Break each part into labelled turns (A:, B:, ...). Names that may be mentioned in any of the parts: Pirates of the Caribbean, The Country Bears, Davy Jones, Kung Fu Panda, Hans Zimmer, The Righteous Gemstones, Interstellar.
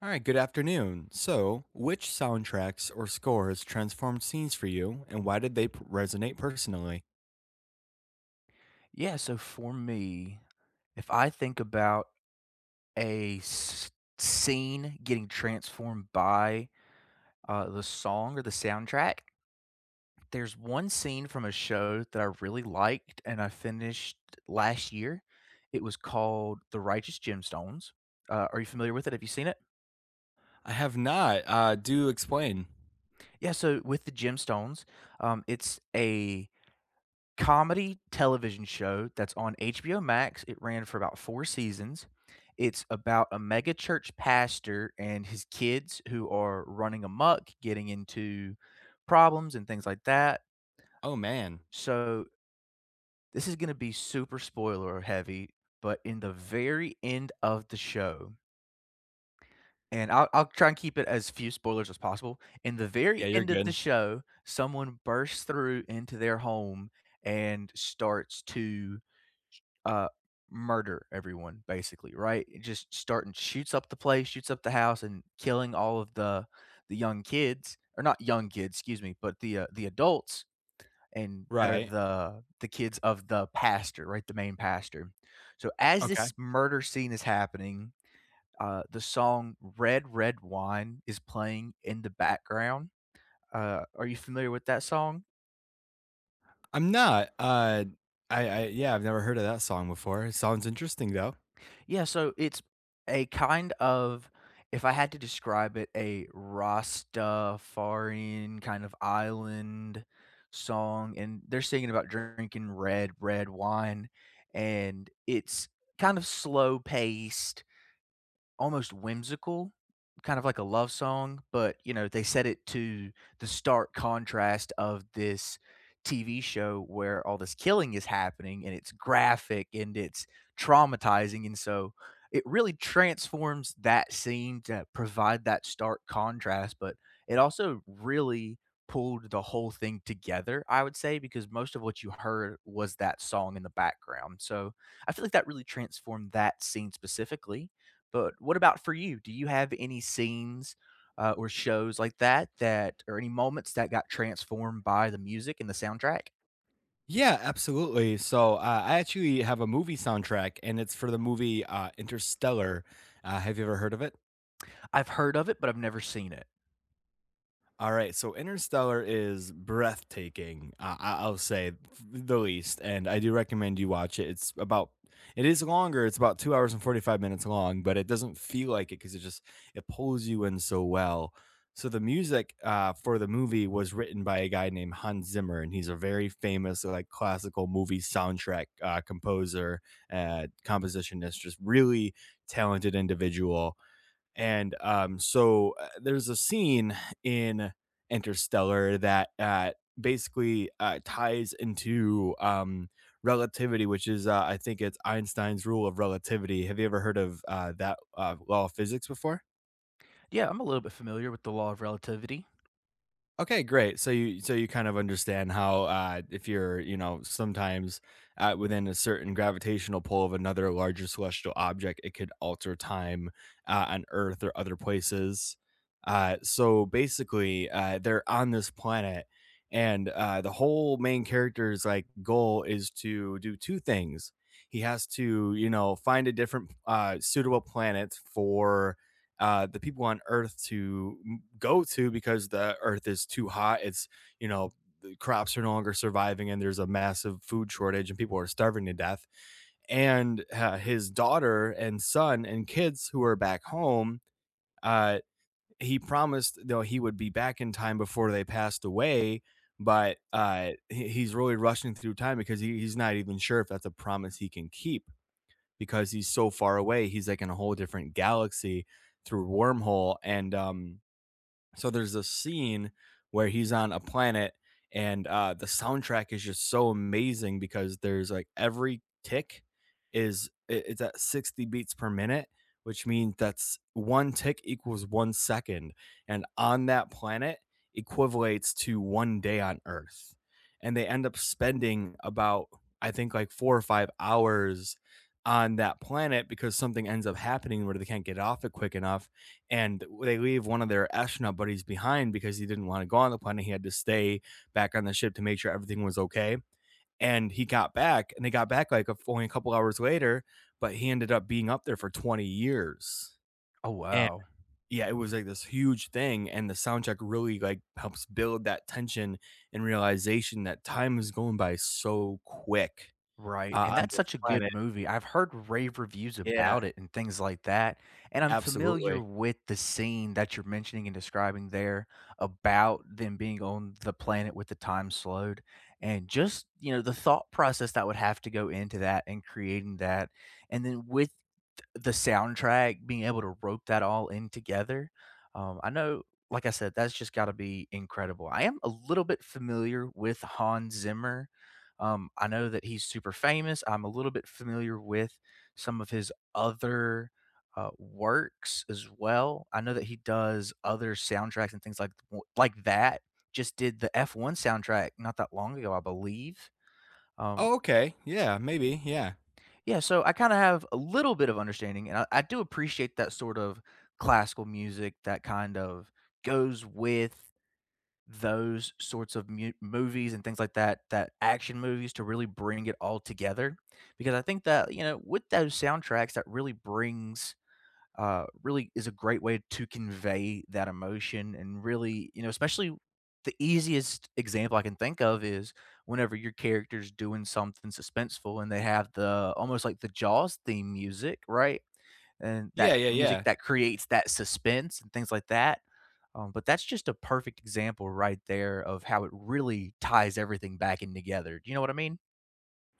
A: All right, good afternoon. So, which soundtracks or scores transformed scenes for you, and why did they resonate personally?
B: Yeah, so for me, if I think about a s- scene getting transformed by the song or the soundtrack, there's one scene from a show that I really liked and I finished last year. It was called The Righteous Gemstones. Are you familiar with it? Have you seen it?
A: I have not. Do explain.
B: Yeah, so with the Gemstones, it's a comedy television show that's on HBO Max. It ran for about 4 seasons. It's about a mega church pastor and his kids who are running amok, getting into problems and things like that.
A: Oh man.
B: So, this is gonna be super spoiler heavy, but in the very end of the show, and I'll try and keep it as few spoilers as possible. In the
A: Yeah,
B: very
A: you're
B: end of the
A: good.
B: show, someone bursts through into their home and starts to uh, murder everyone basically, right? It just starting shoots up the place, shoots up the house, and killing all of the young kids, or not young kids, excuse me, but the adults and that are
A: Right.
B: the kids of the pastor, right? The main pastor. So as
A: Okay.
B: this murder scene is happening, the song "Red Red Wine" is playing in the background. Are you familiar with that song?
A: I'm not. I yeah, I've never heard of that song before. It sounds interesting though.
B: Yeah, so it's a kind of, if I had to describe it, a Rastafarian kind of island song, and they're singing about drinking red, red wine, and it's kind of slow paced. Almost whimsical, kind of like a love song, but, you know, they set it to the stark contrast of this TV show where all this killing is happening, and it's graphic, and it's traumatizing, and so it really transforms that scene to provide that stark contrast, but it also really pulled the whole thing together, I would say, because most of what you heard was that song in the background, so I feel like that really transformed that scene specifically. But what about for you? Do you have any scenes, or shows like that or any moments that got transformed by the music and the soundtrack?
A: Yeah, absolutely. So I actually have a movie soundtrack, and it's for the movie Interstellar. Have you ever heard of it?
B: I've heard of it, but I've never seen it.
A: All right, so Interstellar is breathtaking. I'll say the least, and I do recommend you watch it. It's about it is longer. It's about 2 hours and 45 minutes long, but it doesn't feel like it because it pulls you in so well. So the music for the movie was written by a guy named Hans Zimmer, and he's a very famous like classical movie soundtrack composer, compositionist, just really talented individual and so there's a scene in Interstellar that basically ties into relativity, which is, I think it's Einstein's rule of relativity. Have you ever heard of that law of physics before?
B: Yeah, I'm a little bit familiar with the law of relativity.
A: Okay, great. So you kind of understand how if you're you know sometimes within a certain gravitational pull of another larger celestial object, it could alter time on Earth or other places. So basically, they're on this planet, and the whole main character's like goal is to do two things. He has to you know find a different suitable planet for the people on Earth to go to because the Earth is too hot. It's you know the crops are no longer surviving, and there's a massive food shortage, and people are starving to death. And his daughter and son and kids who are back home, uh, he promised though he would be back in time before they passed away. But he's really rushing through time because he's not even sure if that's a promise he can keep because he's so far away. He's like in a whole different galaxy through wormhole, and so there's a scene where he's on a planet and the soundtrack is just so amazing because there's like every tick it's at 60 beats per minute, which means that's one tick equals 1 second and on that planet equivalates to 1 day on earth. And they end up spending about I think like 4 or 5 hours on that planet because something ends up happening where they can't get off it quick enough and they leave one of their astronaut buddies behind because he didn't want to go on the planet. He had to stay back on the ship to make sure everything was okay. And he got back, and they got back like only a couple hours later, but he ended up being up there for 20 years.
B: Oh,
A: And
B: wow.
A: yeah, it was like this huge thing. And the soundtrack really like helps build that tension and realization that time is going by so quick
B: Right, and
A: on
B: that's
A: this
B: such a good
A: planet.
B: movie. I've heard rave reviews
A: Yeah,
B: about it and things like that, and I'm
A: absolutely.
B: familiar with the scene that you're mentioning and describing there about them being on the planet with the time slowed, and just, you know, the thought process that would have to go into that and creating that, and then with the soundtrack, being able to rope that all in together. I know, like I said, that's just gotta be incredible. I am a little bit familiar with Hans Zimmer. I know that he's super famous. I'm a little bit familiar with some of his other, works as well. I know that he does other soundtracks and things like that. Just did the F1 soundtrack not that long ago, I believe. Um
A: Oh, okay. Yeah, maybe. Yeah.
B: yeah, so I kind of have a little bit of understanding, and I do appreciate that sort of classical music that kind of goes with those sorts of movies and things like that, that action movies, to really bring it all together. Because I think that, you know, with those soundtracks, that really brings really is a great way to convey that emotion and really, you know, especially the easiest example I can think of is whenever your character's doing something suspenseful and they have the almost like the Jaws theme music, right? And
A: Yeah,
B: that
A: yeah,
B: music
A: yeah.
B: that creates that suspense and things like that. But that's just a perfect example right there of how it really ties everything back in together. Do you know what I mean?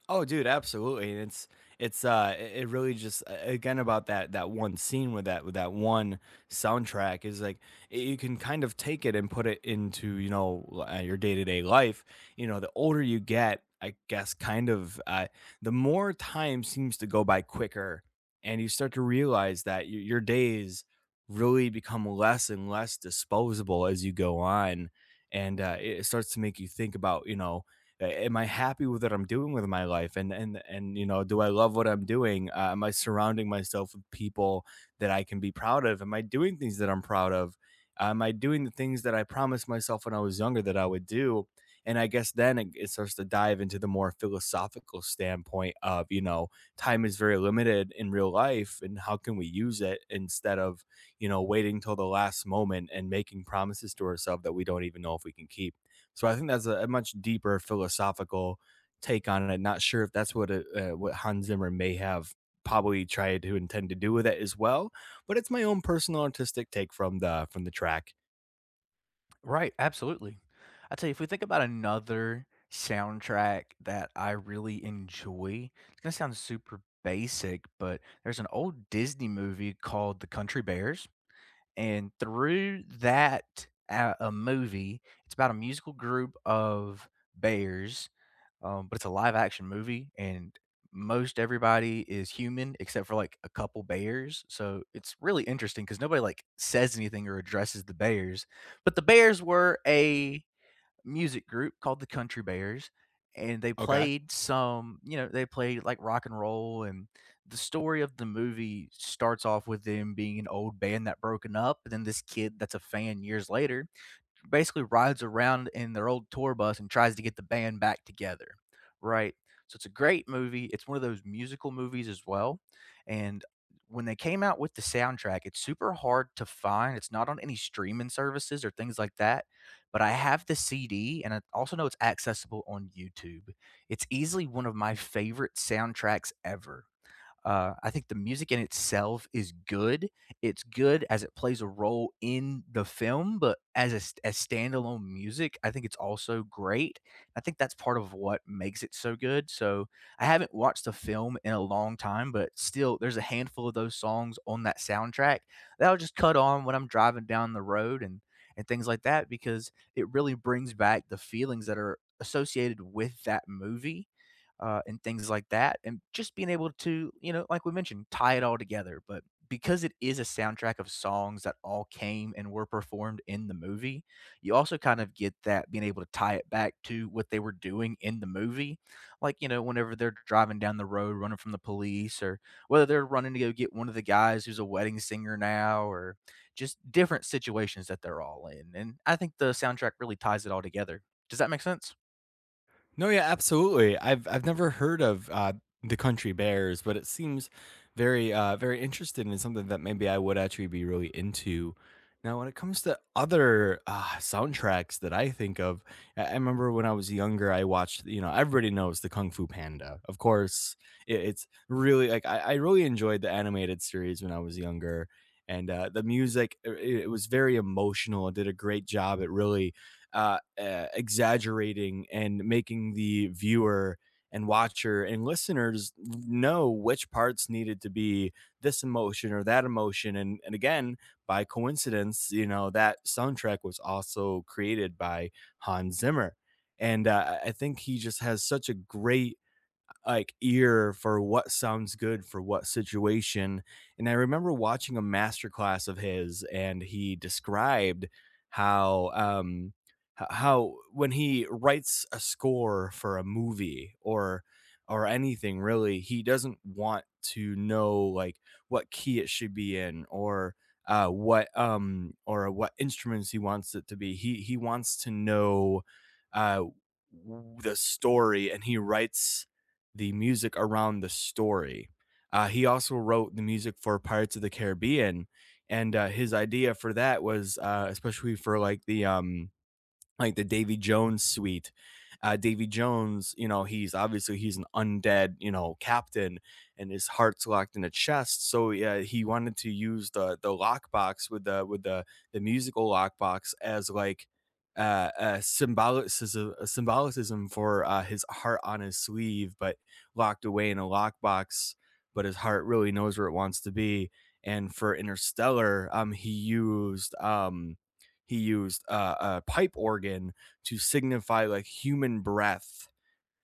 A: Oh, dude, absolutely. And it really just again about that one scene with that one soundtrack is like you can kind of take it and put it into, you know, your day-to-day life. You know, the older you get, I guess kind of the more time seems to go by quicker and you start to realize that your days really become less and less disposable as you go on and it starts to make you think about, you know, am I happy with what I'm doing with my life? And you know, do I love what I'm doing? Am I surrounding myself with people that I can be proud of? Am I doing things that I'm proud of? Am I doing the things that I promised myself when I was younger that I would do? And I guess then it starts to dive into the more philosophical standpoint of you know, time is very limited in real life, and how can we use it instead of you know waiting till the last moment and making promises to ourselves that we don't even know if we can keep. So I think that's a much deeper philosophical take on it. Not sure if that's what what Hans Zimmer may have probably tried to intend to do with it as well, but it's my own personal artistic take from the track.
B: Right, absolutely. I tell you, if we think about another soundtrack that I really enjoy, it's gonna sound super basic, but there's an old Disney movie called The Country Bears, and through that a movie, it's about a musical group of bears, but it's a live action movie, and most everybody is human except for like a couple bears. So it's really interesting because nobody like says anything or addresses the bears. But the bears were a music group called the Country Bears, and they
A: Okay.
B: played some, you know, they played like rock and roll. And the story of the movie starts off with them being an old band that broken up, and then this kid that's a fan years later basically rides around in their old tour bus and tries to get the band back together, right? So it's a great movie. It's one of those musical movies as well. And when they came out with the soundtrack, it's super hard to find. It's not on any streaming services or things like that. But I have the CD and I also know it's accessible on YouTube. It's easily one of my favorite soundtracks ever. I think the music in itself is good. It's good as it plays a role in the film, but as as standalone music, I think it's also great. I think that's part of what makes it so good. So I haven't watched the film in a long time, but still, there's a handful of those songs on that soundtrack that I'll just cut on when I'm driving down the road and things like that because it really brings back the feelings that are associated with that movie, and things like that, and just being able to, you know, like we mentioned, tie it all together. But because it is a soundtrack of songs that all came and were performed in the movie, you also kind of get that being able to tie it back to what they were doing in the movie. Like, you know, whenever they're driving down the road, running from the police, or whether they're running to go get one of the guys who's a wedding singer now, or just different situations that they're all in. And I think the soundtrack really ties it all together. Does that make sense?
A: No, yeah, absolutely. I've never heard of the Country Bears, but it seems very very interesting and something that maybe I would actually be really into. Now, when it comes to other soundtracks that I think of, I remember when I was younger, I watched, you know, everybody knows the Kung Fu Panda. Of course, it's really like I really enjoyed the animated series when I was younger. And the music, it was very emotional. It did a great job. It really exaggerating and making the viewer and watcher and listeners know which parts needed to be this emotion or that emotion and again by coincidence you know that soundtrack was also created by Hans Zimmer and I think he just has such a great like ear for what sounds good for what situation. And I remember watching a masterclass of his, and he described how how when he writes a score for a movie or anything really, he doesn't want to know like what key it should be in or what or what instruments he wants it to be. He wants to know uh the story and he writes the music around the story. He also wrote the music for Pirates of the Caribbean, and, his idea for that was, especially for, like, like the Davy Jones suite. Davy Jones, you know, he's obviously he's an undead, you know, captain, and his heart's locked in a chest. So yeah, he wanted to use the lockbox with the musical lockbox as like a symbolicism a symbolicism for his heart on his sleeve, but locked away in a lockbox. But his heart really knows where it wants to be. And for Interstellar, he used a pipe organ to signify like human breath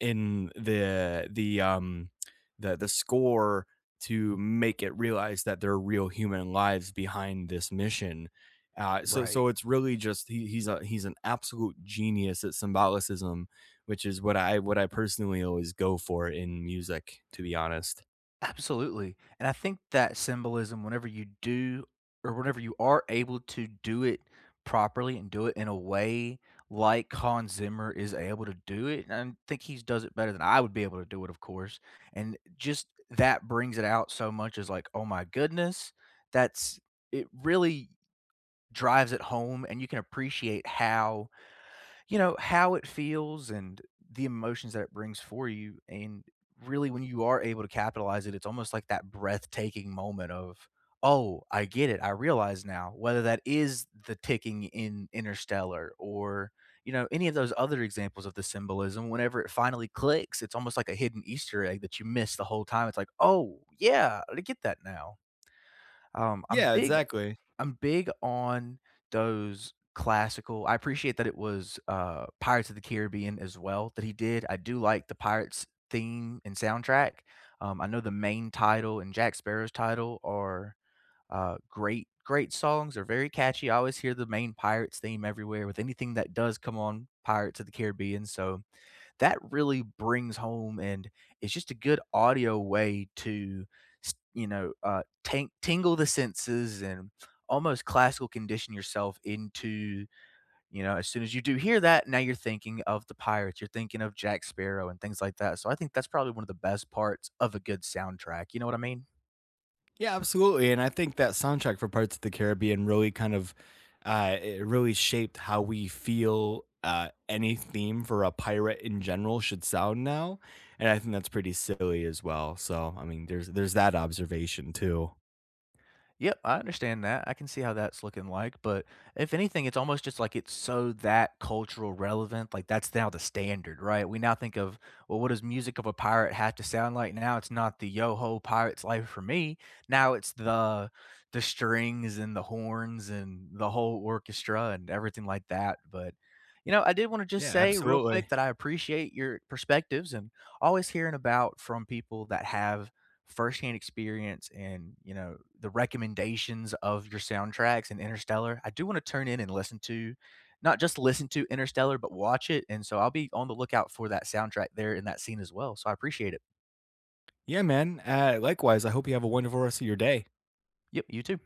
A: in the score to make it realize that there are real human lives behind this mission. Uh, so
B: Right.
A: so it's really just he, he's a he's an absolute genius at symbolicism, which is what I personally always go for in music, to be honest.
B: Absolutely. And I think that symbolism, whenever you do or whenever you are able to do it properly and do it in a way like Hans Zimmer is able to do it, and I think he does it better than I would be able to do it, of course. And just that brings it out so much as like, oh my goodness, that's it really drives it home, and you can appreciate how, you know, how it feels and the emotions that it brings for you. And really, when you are able to capitalize it, it's almost like that breathtaking moment of, oh, I get it. I realize now, whether that is the ticking in Interstellar or, you know, any of those other examples of the symbolism, whenever it finally clicks, it's almost like a hidden Easter egg that you missed the whole time. It's like, oh, yeah, I get that now. Um, I'm
A: Yeah,
B: big
A: exactly.
B: I'm big on those classical. I appreciate that it was, Pirates of the Caribbean as well that he did. I do like the Pirates theme and soundtrack. I know the main title and Jack Sparrow's title are, uh, great songs. They're very catchy. I always hear the main Pirates theme everywhere with anything that does come on Pirates of the Caribbean, so that really brings home and it's just a good audio way to, s you know, tang tingle the senses and almost classical condition yourself into, you know, as soon as you do hear that, now you're thinking of the pirates, you're thinking of Jack Sparrow and things like that, so I think that's probably one of the best parts of a good soundtrack, you know what I mean?
A: Yeah, absolutely. And I think that soundtrack for Parts of the Caribbean really kind of it really shaped how we feel any theme for a pirate in general should sound now. And I think that's pretty silly as well. So I mean there's that observation too.
B: Yep, I understand that. I can see how that's looking like, but if anything, it's almost just like it's so that cultural relevant. Like that's now the standard, right? We now think of, well, what does music of a pirate have to sound like? Now it's not the yo ho pirate's life for me. Now it's the strings and the horns and the whole orchestra and everything like that. But you know, I did want to just
A: Yeah,
B: say real
A: absolutely.
B: quick that I appreciate your perspectives and always hearing about from people that have firsthand experience and you know the recommendations of your soundtracks and Interstellar. I do want to turn in and listen to, not just listen to Interstellar, but watch it. And so I'll be on the lookout for that soundtrack there in that scene as well. So I appreciate it.
A: Yeah, man. Likewise, I hope you have a wonderful rest of your day.
B: Yep, you too.